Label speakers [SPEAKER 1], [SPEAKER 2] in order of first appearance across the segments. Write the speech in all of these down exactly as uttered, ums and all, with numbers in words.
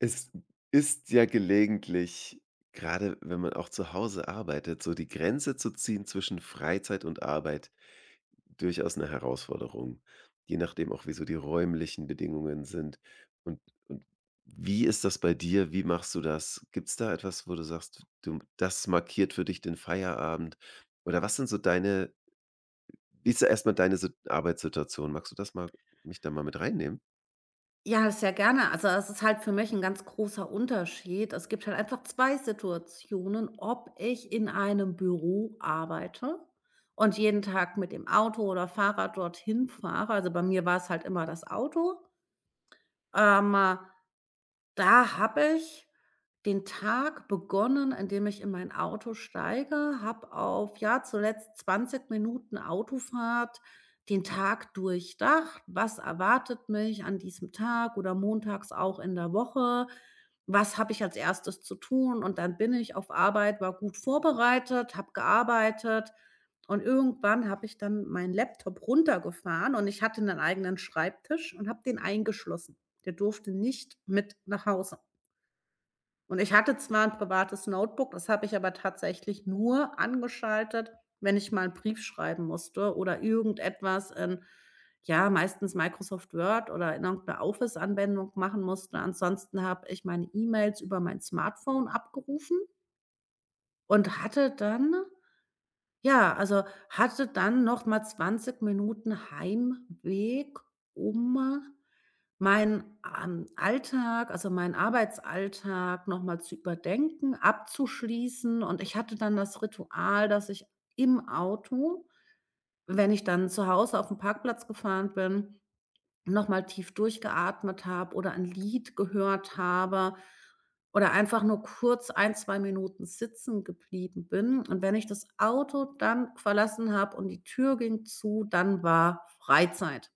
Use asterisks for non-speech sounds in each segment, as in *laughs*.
[SPEAKER 1] Es ist ja gelegentlich, gerade wenn man auch zu Hause arbeitet, so die Grenze zu ziehen zwischen Freizeit und Arbeit durchaus eine Herausforderung, je nachdem auch, wie so die räumlichen Bedingungen sind. Und und wie ist das bei dir? Wie machst du das? Gibt es da etwas, wo du sagst, du das markiert für dich den Feierabend? Oder was sind so deine wie ist da erstmal deine Sit Arbeitssituation? Magst du das mal mich da mal mit reinnehmen?
[SPEAKER 2] Ja, sehr gerne. Also, es ist halt für mich ein ganz großer Unterschied. Es gibt halt einfach zwei Situationen, ob ich in einem Büro arbeite und jeden Tag mit dem Auto oder Fahrrad dorthin fahre. Also, bei mir war es halt immer das Auto. Ähm, da habe ich den Tag begonnen, indem ich in mein Auto steige, habe auf, ja, zuletzt zwanzig Minuten Autofahrt den Tag durchdacht. Was erwartet mich an diesem Tag oder montags auch in der Woche? Was habe ich als erstes zu tun? Und dann bin ich auf Arbeit, war gut vorbereitet, habe gearbeitet. Und irgendwann habe ich dann meinen Laptop runtergefahren und ich hatte einen eigenen Schreibtisch und habe den eingeschlossen. Der durfte nicht mit nach Hause. Und ich hatte zwar ein privates Notebook, das habe ich aber tatsächlich nur angeschaltet, wenn ich mal einen Brief schreiben musste oder irgendetwas in, ja, meistens Microsoft Word oder in irgend Office-Anwendung machen musste. Ansonsten habe ich meine E-Mails über mein Smartphone abgerufen und hatte dann ja, also, hatte dann noch mal zwanzig Minuten Heimweg, um Meinen, ähm, Alltag, also meinen Arbeitsalltag nochmal zu überdenken, abzuschließen, und ich hatte dann das Ritual, dass ich im Auto, wenn ich dann zu Hause auf dem Parkplatz gefahren bin, nochmal tief durchgeatmet habe oder ein Lied gehört habe oder einfach nur kurz ein zwei Minuten sitzen geblieben bin. Und wenn ich das Auto dann verlassen habe und die Tür ging zu, dann war Freizeit.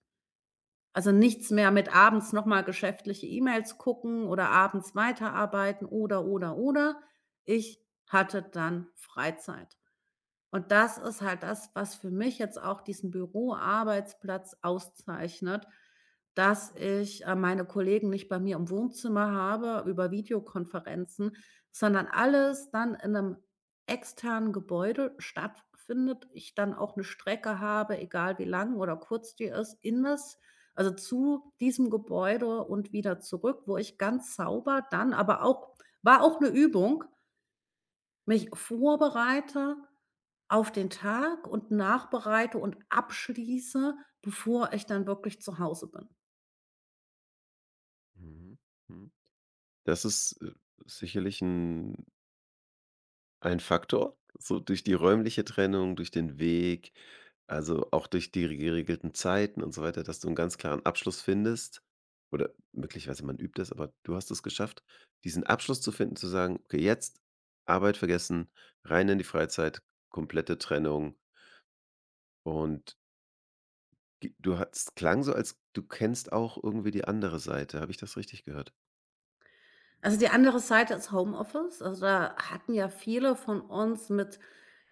[SPEAKER 2] Also, nichts mehr mit abends nochmal geschäftliche E-Mails gucken oder abends weiterarbeiten oder, oder, oder. Ich hatte dann Freizeit. Und das ist halt das, was für mich jetzt auch diesen Büroarbeitsplatz auszeichnet, dass ich, äh, meine Kollegen nicht bei mir im Wohnzimmer habe über Videokonferenzen, sondern alles dann in einem externen Gebäude stattfindet, ich dann auch eine Strecke habe, egal wie lang oder kurz die ist, in das also zu diesem Gebäude und wieder zurück, wo ich ganz sauber dann, aber auch, war auch eine Übung, mich vorbereite auf den Tag und nachbereite und abschließe, bevor ich dann wirklich zu Hause bin.
[SPEAKER 1] Mhm. Mhm. Das ist, äh, sicherlich ein ein Faktor, so durch die räumliche Trennung, durch den Weg, also, auch durch die geregelten Zeiten und so weiter, dass du einen ganz klaren Abschluss findest oder möglicherweise man übt das, aber du hast es geschafft, diesen Abschluss zu finden, zu sagen: „Okay, jetzt Arbeit vergessen, rein in die Freizeit, komplette Trennung.“ Und g du hat es klang so, als du kennst auch irgendwie die andere Seite. Habe ich das richtig gehört?
[SPEAKER 2] Also, die andere Seite ist Homeoffice. Also, da hatten ja viele von uns mit,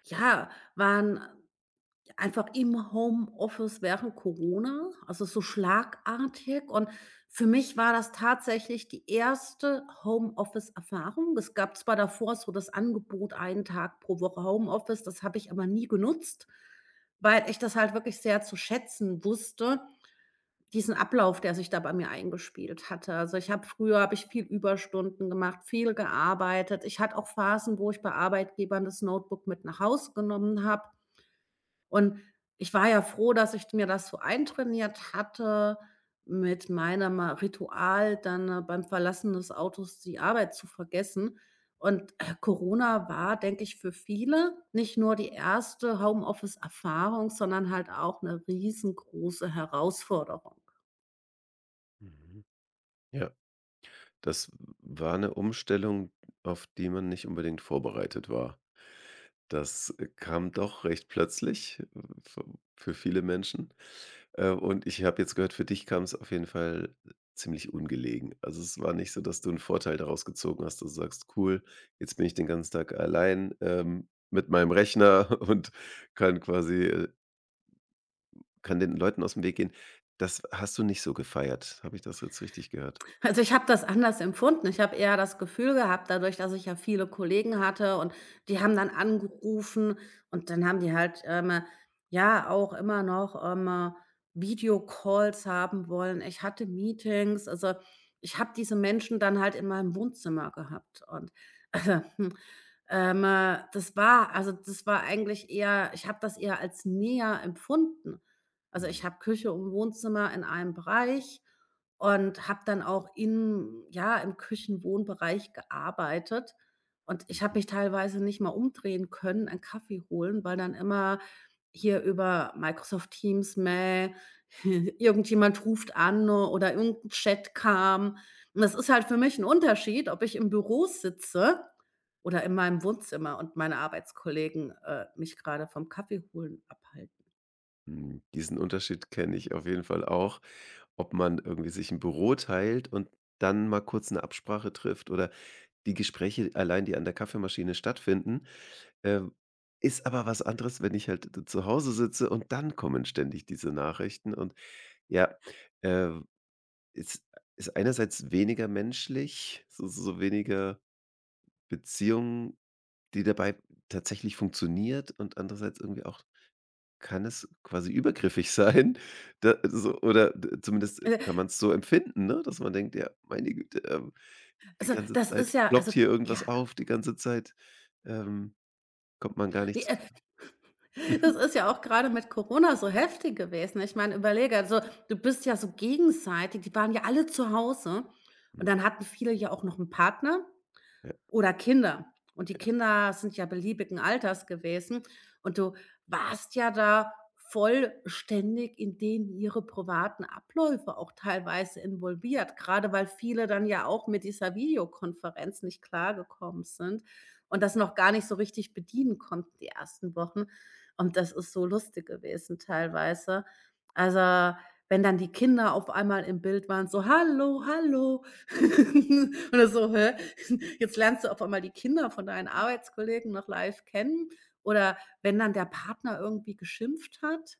[SPEAKER 2] ja, waren Einfach im Homeoffice während Corona, also so schlagartig. Und für mich war das tatsächlich die erste Homeoffice-Erfahrung. Es gab zwar davor so das Angebot, einen Tag pro Woche Homeoffice, das habe ich aber nie genutzt, weil ich das halt wirklich sehr zu schätzen wusste, diesen Ablauf, der sich da bei mir eingespielt hatte. Also, ich habe früher habe ich viel Überstunden gemacht, viel gearbeitet. Ich hatte auch Phasen, wo ich bei Arbeitgebern das Notebook mit nach Hause genommen habe. Und ich war ja froh, dass ich mir das so eintrainiert hatte, mit meinem äh, Ritual dann, äh, beim Verlassen des Autos die Arbeit zu vergessen. Und, äh, Corona war, denke ich, für viele nicht nur die erste Homeoffice-Erfahrung, sondern halt auch eine riesengroße Herausforderung.
[SPEAKER 1] Mhm. Ja. Das war eine Umstellung, auf die man nicht unbedingt vorbereitet war. Das äh, kam doch recht plötzlich, äh, für für viele Menschen. Äh, und ich habe jetzt gehört, für dich kam es auf jeden Fall ziemlich ungelegen. Also, es war nicht so, dass du einen Vorteil daraus gezogen hast, dass du sagst: „Cool, jetzt bin ich den ganzen Tag allein, ähm, mit meinem Rechner *laughs* und kann quasi äh, kann den Leuten aus dem Weg gehen.“ Das hast du nicht so gefeiert. Habe ich das jetzt richtig gehört?
[SPEAKER 2] Also, ich habe das anders empfunden. Ich habe eher das Gefühl gehabt, dadurch, dass ich ja viele Kollegen hatte und die haben dann angerufen, und dann haben die halt, ähm, ja, auch immer noch, ähm, Videocalls haben wollen. Ich hatte Meetings, also, ich habe diese Menschen dann halt in meinem Wohnzimmer gehabt und, *laughs* also, hm, ähm, äh, das war also, das war eigentlich eher ich habe das eher als näher empfunden. Also, ich
[SPEAKER 1] Mhm.
[SPEAKER 2] habe Küche und Wohnzimmer in einem Bereich und habe dann auch in ja, im Küchenwohnbereich gearbeitet, und ich habe mich teilweise nicht mal umdrehen können, einen Kaffee holen, weil dann immer hier über Microsoft Teams, Mail, *laughs* irgendjemand ruft an, ne, oder irgendein Chat kam. Und das ist halt für mich ein Unterschied, ob ich im Büro sitze oder in meinem Wohnzimmer und meine Arbeitskollegen, äh, mich gerade vom Kaffee holen abhalten.
[SPEAKER 1] Hm, diesen Unterschied kenne ich auf jeden Fall auch, ob man irgendwie sich ein Büro teilt und dann mal kurz eine Absprache trifft oder die Gespräche allein, die an der Kaffeemaschine stattfinden, ähm, ist aber was anderes, wenn ich halt zu Hause sitze und dann kommen ständig diese Nachrichten und ja, äh, ist ist einerseits weniger menschlich, so so weniger Beziehung, die dabei tatsächlich funktioniert und andererseits irgendwie auch Kann es quasi übergriffig *laughs* sein, da so oder d zumindest
[SPEAKER 2] Äh,
[SPEAKER 1] kann man es so empfinden, ne, dass man denkt: „Ja, meine Güte, ähm, die
[SPEAKER 2] also,
[SPEAKER 1] ganze
[SPEAKER 2] das
[SPEAKER 1] Zeit
[SPEAKER 2] ist ja
[SPEAKER 1] ploppt
[SPEAKER 2] also,
[SPEAKER 1] hier irgendwas
[SPEAKER 2] ja,
[SPEAKER 1] auf, die ganze Zeit, ähm, kommt man gar
[SPEAKER 2] ne,
[SPEAKER 1] nichts.
[SPEAKER 2] äh Das ist ja auch gerade mit Corona so heftig gewesen. Ich meine, überlege, also, du bist ja so gegenseitig die waren ja alle zu Hause,
[SPEAKER 1] Mhm,
[SPEAKER 2] und dann hatten viele ja auch noch einen Partner
[SPEAKER 1] ja,
[SPEAKER 2] oder Kinder. Und die Kinder sind ja beliebigen Alters gewesen, und du warst ja da vollständig in denen ihre privaten Abläufe auch teilweise involviert, gerade weil viele dann ja auch mit dieser Videokonferenz nicht klargekommen sind und das noch gar nicht so richtig bedienen konnten die ersten Wochen. Und das ist so lustig gewesen teilweise. Also, wenn dann die Kinder auf einmal im Bild waren, so: „Hallo, hallo." *laughs* Und du so: „Hä, *laughs* jetzt lernst du auf einmal die Kinder von deinen Arbeitskollegen noch live kennen, oder wenn dann der Partner irgendwie geschimpft hat.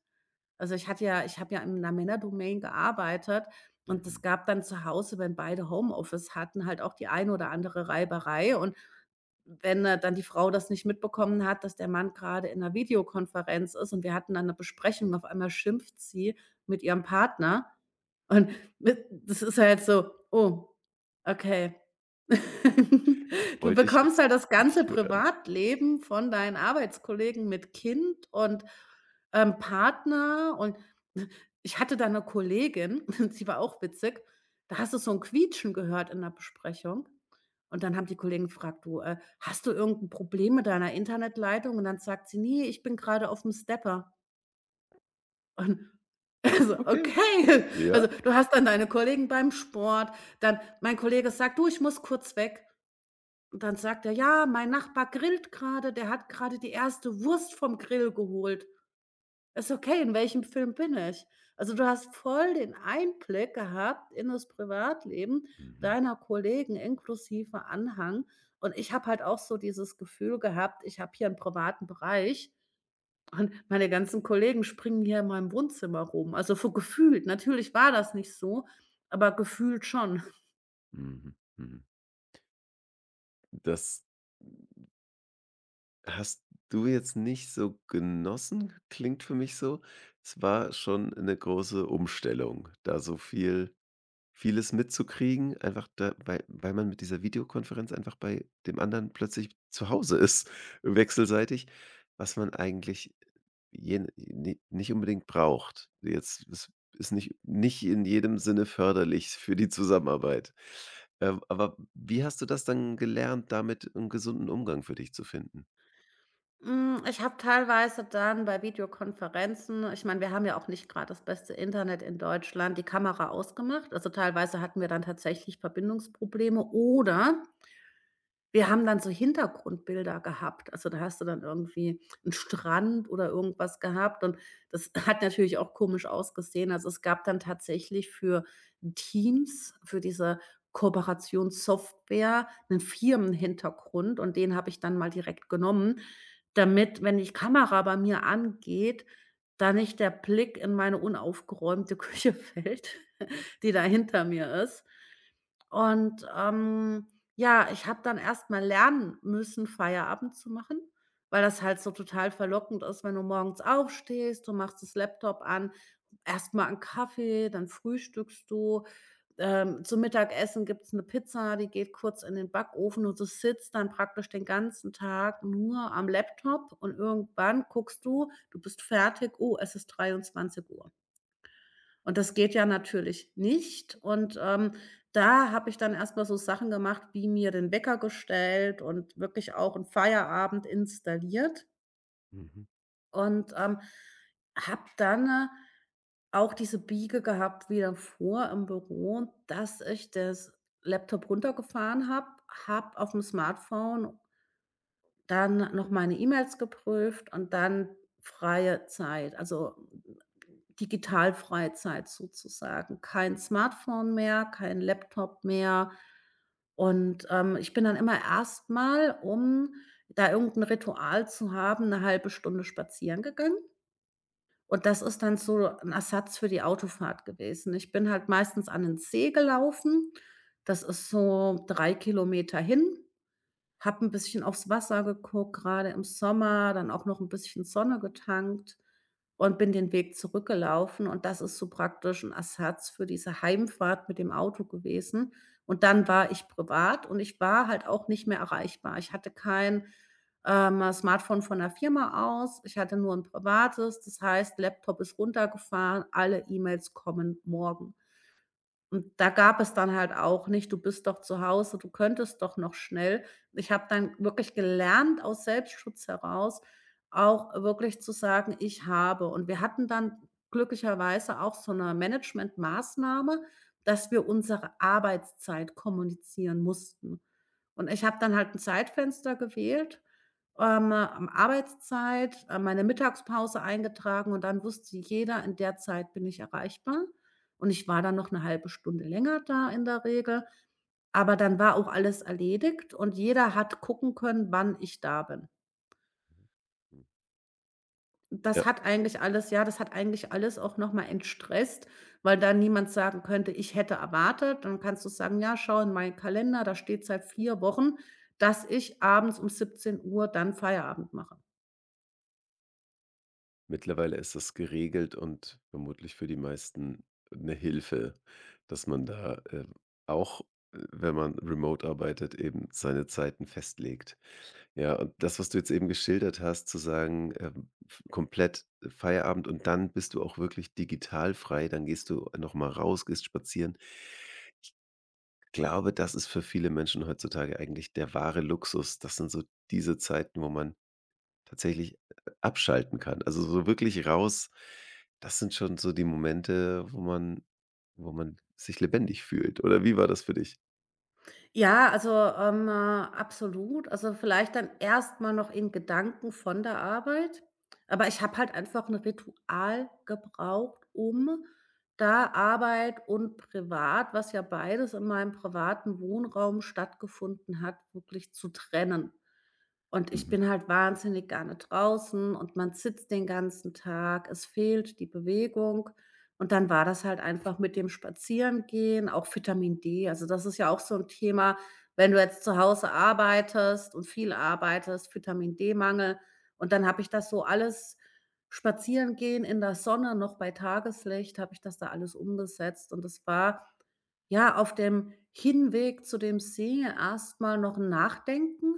[SPEAKER 2] Also, ich hatte ja ich habe ja in 'ner Männerdomain gearbeitet, und
[SPEAKER 1] mhm.
[SPEAKER 2] es gab dann zu Hause, wenn beide Homeoffice hatten, halt auch die eine oder andere Reiberei. Und wenn, äh, dann die Frau das nicht mitbekommen hat, dass der Mann gerade in einer Videokonferenz ist und wir hatten dann eine Besprechung, auf einmal schimpft sie mit ihrem Partner. Und mit das ist halt so: „Oh, okay, *laughs* du
[SPEAKER 1] Wollte ich
[SPEAKER 2] bekommst
[SPEAKER 1] jetzt
[SPEAKER 2] halt das ganze
[SPEAKER 1] nicht hören.
[SPEAKER 2] Privatleben von deinen Arbeitskollegen mit Kind und, ähm, Partner, und ich hatte da eine Kollegin, *laughs* sie war auch witzig, da hast du so ein Quietschen gehört in der Besprechung, und dann haben die Kollegen gefragt: „Du, äh, hast du irgend 'n Problem mit deiner Internetleitung?" Und dann sagt sie: „Ne, ich bin gerade auf dem Stepper." Und *laughs* also,
[SPEAKER 1] Okay,
[SPEAKER 2] okay.
[SPEAKER 1] ja.
[SPEAKER 2] Also, du hast dann deine Kollegen beim Sport, dann mein Kollege sagt: „Du, ich muss kurz weg." und dann sagt er: „Ja, mein Nachbar grillt gerade. Der hat gerade die erste Wurst vom Grill geholt." Ist okay, in welchem Film bin ich? Also, du hast voll den Einblick gehabt in das Privatleben
[SPEAKER 1] Mhm,
[SPEAKER 2] deiner Kollegen inklusive Anhang. Und ich habe halt auch so dieses Gefühl gehabt, ich habe hier einen privaten Bereich, und meine ganzen Kollegen springen hier in meinem Wohnzimmer rum. Also, so gefühlt. Natürlich war das nicht so, aber gefühlt schon.
[SPEAKER 1] mhm, mhm. Das hast du jetzt nicht so genossen, klingt für mich so. Es war schon eine große Umstellung, da so viel Vieles mitzukriegen, einfach da weil weil man mit dieser Videokonferenz einfach bei dem anderen plötzlich zu Hause ist, *laughs* wechselseitig, was man eigentlich je ni nicht unbedingt braucht. Jetzt es ist nicht nicht in jedem Sinne förderlich für die Zusammenarbeit. Ähm, aber wie hast du das dann gelernt, damit einen gesunden Umgang für dich zu finden?
[SPEAKER 2] Hm, ich habe teilweise dann bei Videokonferenzen, ich meine, wir haben ja auch nicht gerade das beste Internet in Deutschland, die Kamera ausgemacht. Also, teilweise hatten wir dann tatsächlich Verbindungsprobleme, oder wir haben dann so Hintergrundbilder gehabt. Also, da hast du dann irgendwie einen Strand oder irgendwas gehabt, und das *laughs* hat natürlich auch komisch ausgesehen. Also, es gab dann tatsächlich für Teams, für diese Kooperationssoftware, einen Firmenhintergrund, und den habe ich dann mal direkt genommen, damit, wenn die Kamera bei mir angeht, da nicht der Blick in meine unaufgeräumte *laughs* Küche fällt, die da hinter mir ist. Und, ähm ja, ich habe dann erst mal lernen müssen, Feierabend zu machen, weil das halt so total verlockend ist, wenn du morgens aufstehst, du machst das Laptop an, erst mal 'n Kaffee, dann frühstückst du. Ähm, zum Mittagessen gibt's 'ne Pizza, die geht kurz in den Backofen, und du sitzt dann praktisch den ganzen Tag nur am Laptop, und irgendwann guckst du, du bist fertig, oh, es ist dreiundzwanzig Uhr. Und das geht ja natürlich nicht. Und, ähm, da habe ich dann erst mal so Sachen gemacht, wie mir den Wecker gestellt und wirklich auch einen Feierabend installiert,
[SPEAKER 1] Mhm,
[SPEAKER 2] und, ähm, habe dann, äh, auch diese Biege gehabt wie davor im Büro, dass ich das Laptop runtergefahren habe, habe auf dem Smartphone dann noch meine E-Mails geprüft, und dann freie Zeit, also digitalfreie Zeit sozusagen. Kein Smartphone mehr, kein Laptop mehr. Und, ähm, ich bin dann immer erstmal, um da irgendein Ritual zu haben, eine halbe Stunde spazieren gegangen. Und das ist dann so ein Ersatz für die Autofahrt gewesen. Ich bin halt meistens an den See gelaufen. Das ist so drei Kilometer hin. Habe ein bisschen aufs Wasser geguckt, gerade im Sommer, dann auch noch ein bisschen Sonne getankt, und bin den Weg zurückgelaufen, und das ist so praktisch ein Ersatz für diese Heimfahrt mit dem Auto gewesen. Und dann war ich privat, und ich war halt auch nicht mehr erreichbar. Ich hatte kein, ähm, Smartphone von der Firma aus, ich hatte nur ein privates. Das heißt, Laptop ist runtergefahren, alle E-Mails kommen morgen. Und da gab es dann halt auch nicht: „Du bist doch zu Hause, du könntest doch noch schnell." Ich habe dann wirklich gelernt, aus Selbstschutz heraus auch wirklich zu sagen: „Ich habe" und wir hatten dann glücklicherweise auch so 'ne Managementmaßnahme, dass wir unsere Arbeitszeit kommunizieren mussten. Und ich habe dann halt 'n Zeitfenster gewählt, ähm, ähm, Arbeitszeit, äh, meine Mittagspause eingetragen, und dann wusste jeder, in der Zeit bin ich erreichbar. Und ich war dann noch eine halbe Stunde länger da in der Regel, aber dann war auch alles erledigt, und jeder hat gucken können, wann ich da bin.
[SPEAKER 1] hm.
[SPEAKER 2] Das hat eigentlich alles, ja, das hat eigentlich alles auch noch mal entstresst, weil dann niemand sagen könnte: „Ich hätte erwartet." Dann kannst du sagen: „Ja, schau in meinen Kalender, da steht seit vier Wochen, dass ich abends um siebzehn Uhr dann Feierabend mache."
[SPEAKER 1] Mittlerweile ist das geregelt und vermutlich für die meisten eine Hilfe, dass man da, ähm, auch, äh, wenn man remote arbeitet, eben seine Zeiten festlegt. Ja, und das, was du jetzt eben geschildert hast, zu sagen, ähm, f komplett Feierabend und dann bist du auch wirklich digital frei, dann gehst du noch mal raus, gehst spazieren. Ich Glaube, das ist für viele Menschen heutzutage eigentlich der wahre Luxus. Das sind so diese Zeiten, wo man Tatsächlich äh, abschalten kann. Also, so wirklich raus das sind schon so die Momente, wo man wo man sich lebendig fühlt. Oder wie war das für dich?
[SPEAKER 2] Ja, also, ähm, äh, absolut. Also, vielleicht dann erst mal noch in Gedanken von der Arbeit. Aber ich habe halt einfach ein Ritual gebraucht, um da Arbeit und privat, was ja beides in meinem privaten Wohnraum stattgefunden hat, wirklich zu trennen. Und ich
[SPEAKER 1] Mhm.
[SPEAKER 2] bin halt wahnsinnig gerne draußen, und man sitzt den ganzen Tag. Es fehlt die Bewegung. Und dann war das halt einfach mit dem Spazierengehen, auch Vitamin D. Also das ist ja auch so ein Thema, wenn du jetzt zu Hause arbeitest und viel arbeitest, Vitamin D-Mangel. Und dann habe ich das so alles, Spazierengehen in der Sonne, noch bei Tageslicht, habe ich das da alles umgesetzt, und das war, ja, auf dem Hinweg zu dem See erstmal noch 'n Nachdenken,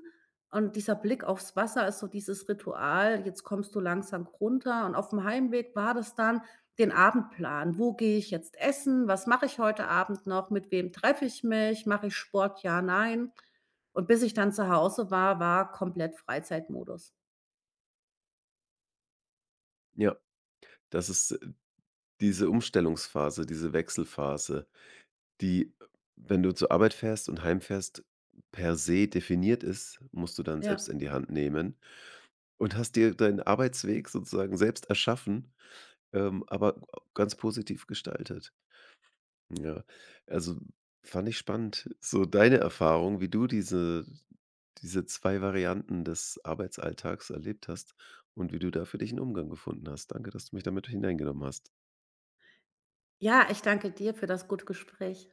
[SPEAKER 2] und dieser Blick aufs Wasser ist so dieses Ritual: „Jetzt kommst du langsam runter." Und aufm Heimweg war das dann den Abendplan: „Wo gehe ich jetzt essen? Was mache ich heute Abend noch? Mit wem treffe ich mich? Mache ich Sport? Ja, nein?" Und bis ich dann zu Hause war, war komplett Freizeitmodus.
[SPEAKER 1] Ja, das ist äh, diese Umstellungsphase, diese Wechselphase, die, wenn du zur Arbeit fährst und heimfährst, per se definiert ist, musst du dann
[SPEAKER 2] Ja.
[SPEAKER 1] selbst in die Hand nehmen und hast dir deinen Arbeitsweg sozusagen selbst erschaffen, ähm, aber ganz positiv gestaltet. Ja, also fand ich spannend, so deine Erfahrung, wie du diese diese zwei Varianten des Arbeitsalltags erlebt hast und wie du da für dich einen Umgang gefunden hast. Danke, dass du mich damit mit hineingenommen hast.
[SPEAKER 2] Ja, ich danke dir für das gute Gespräch.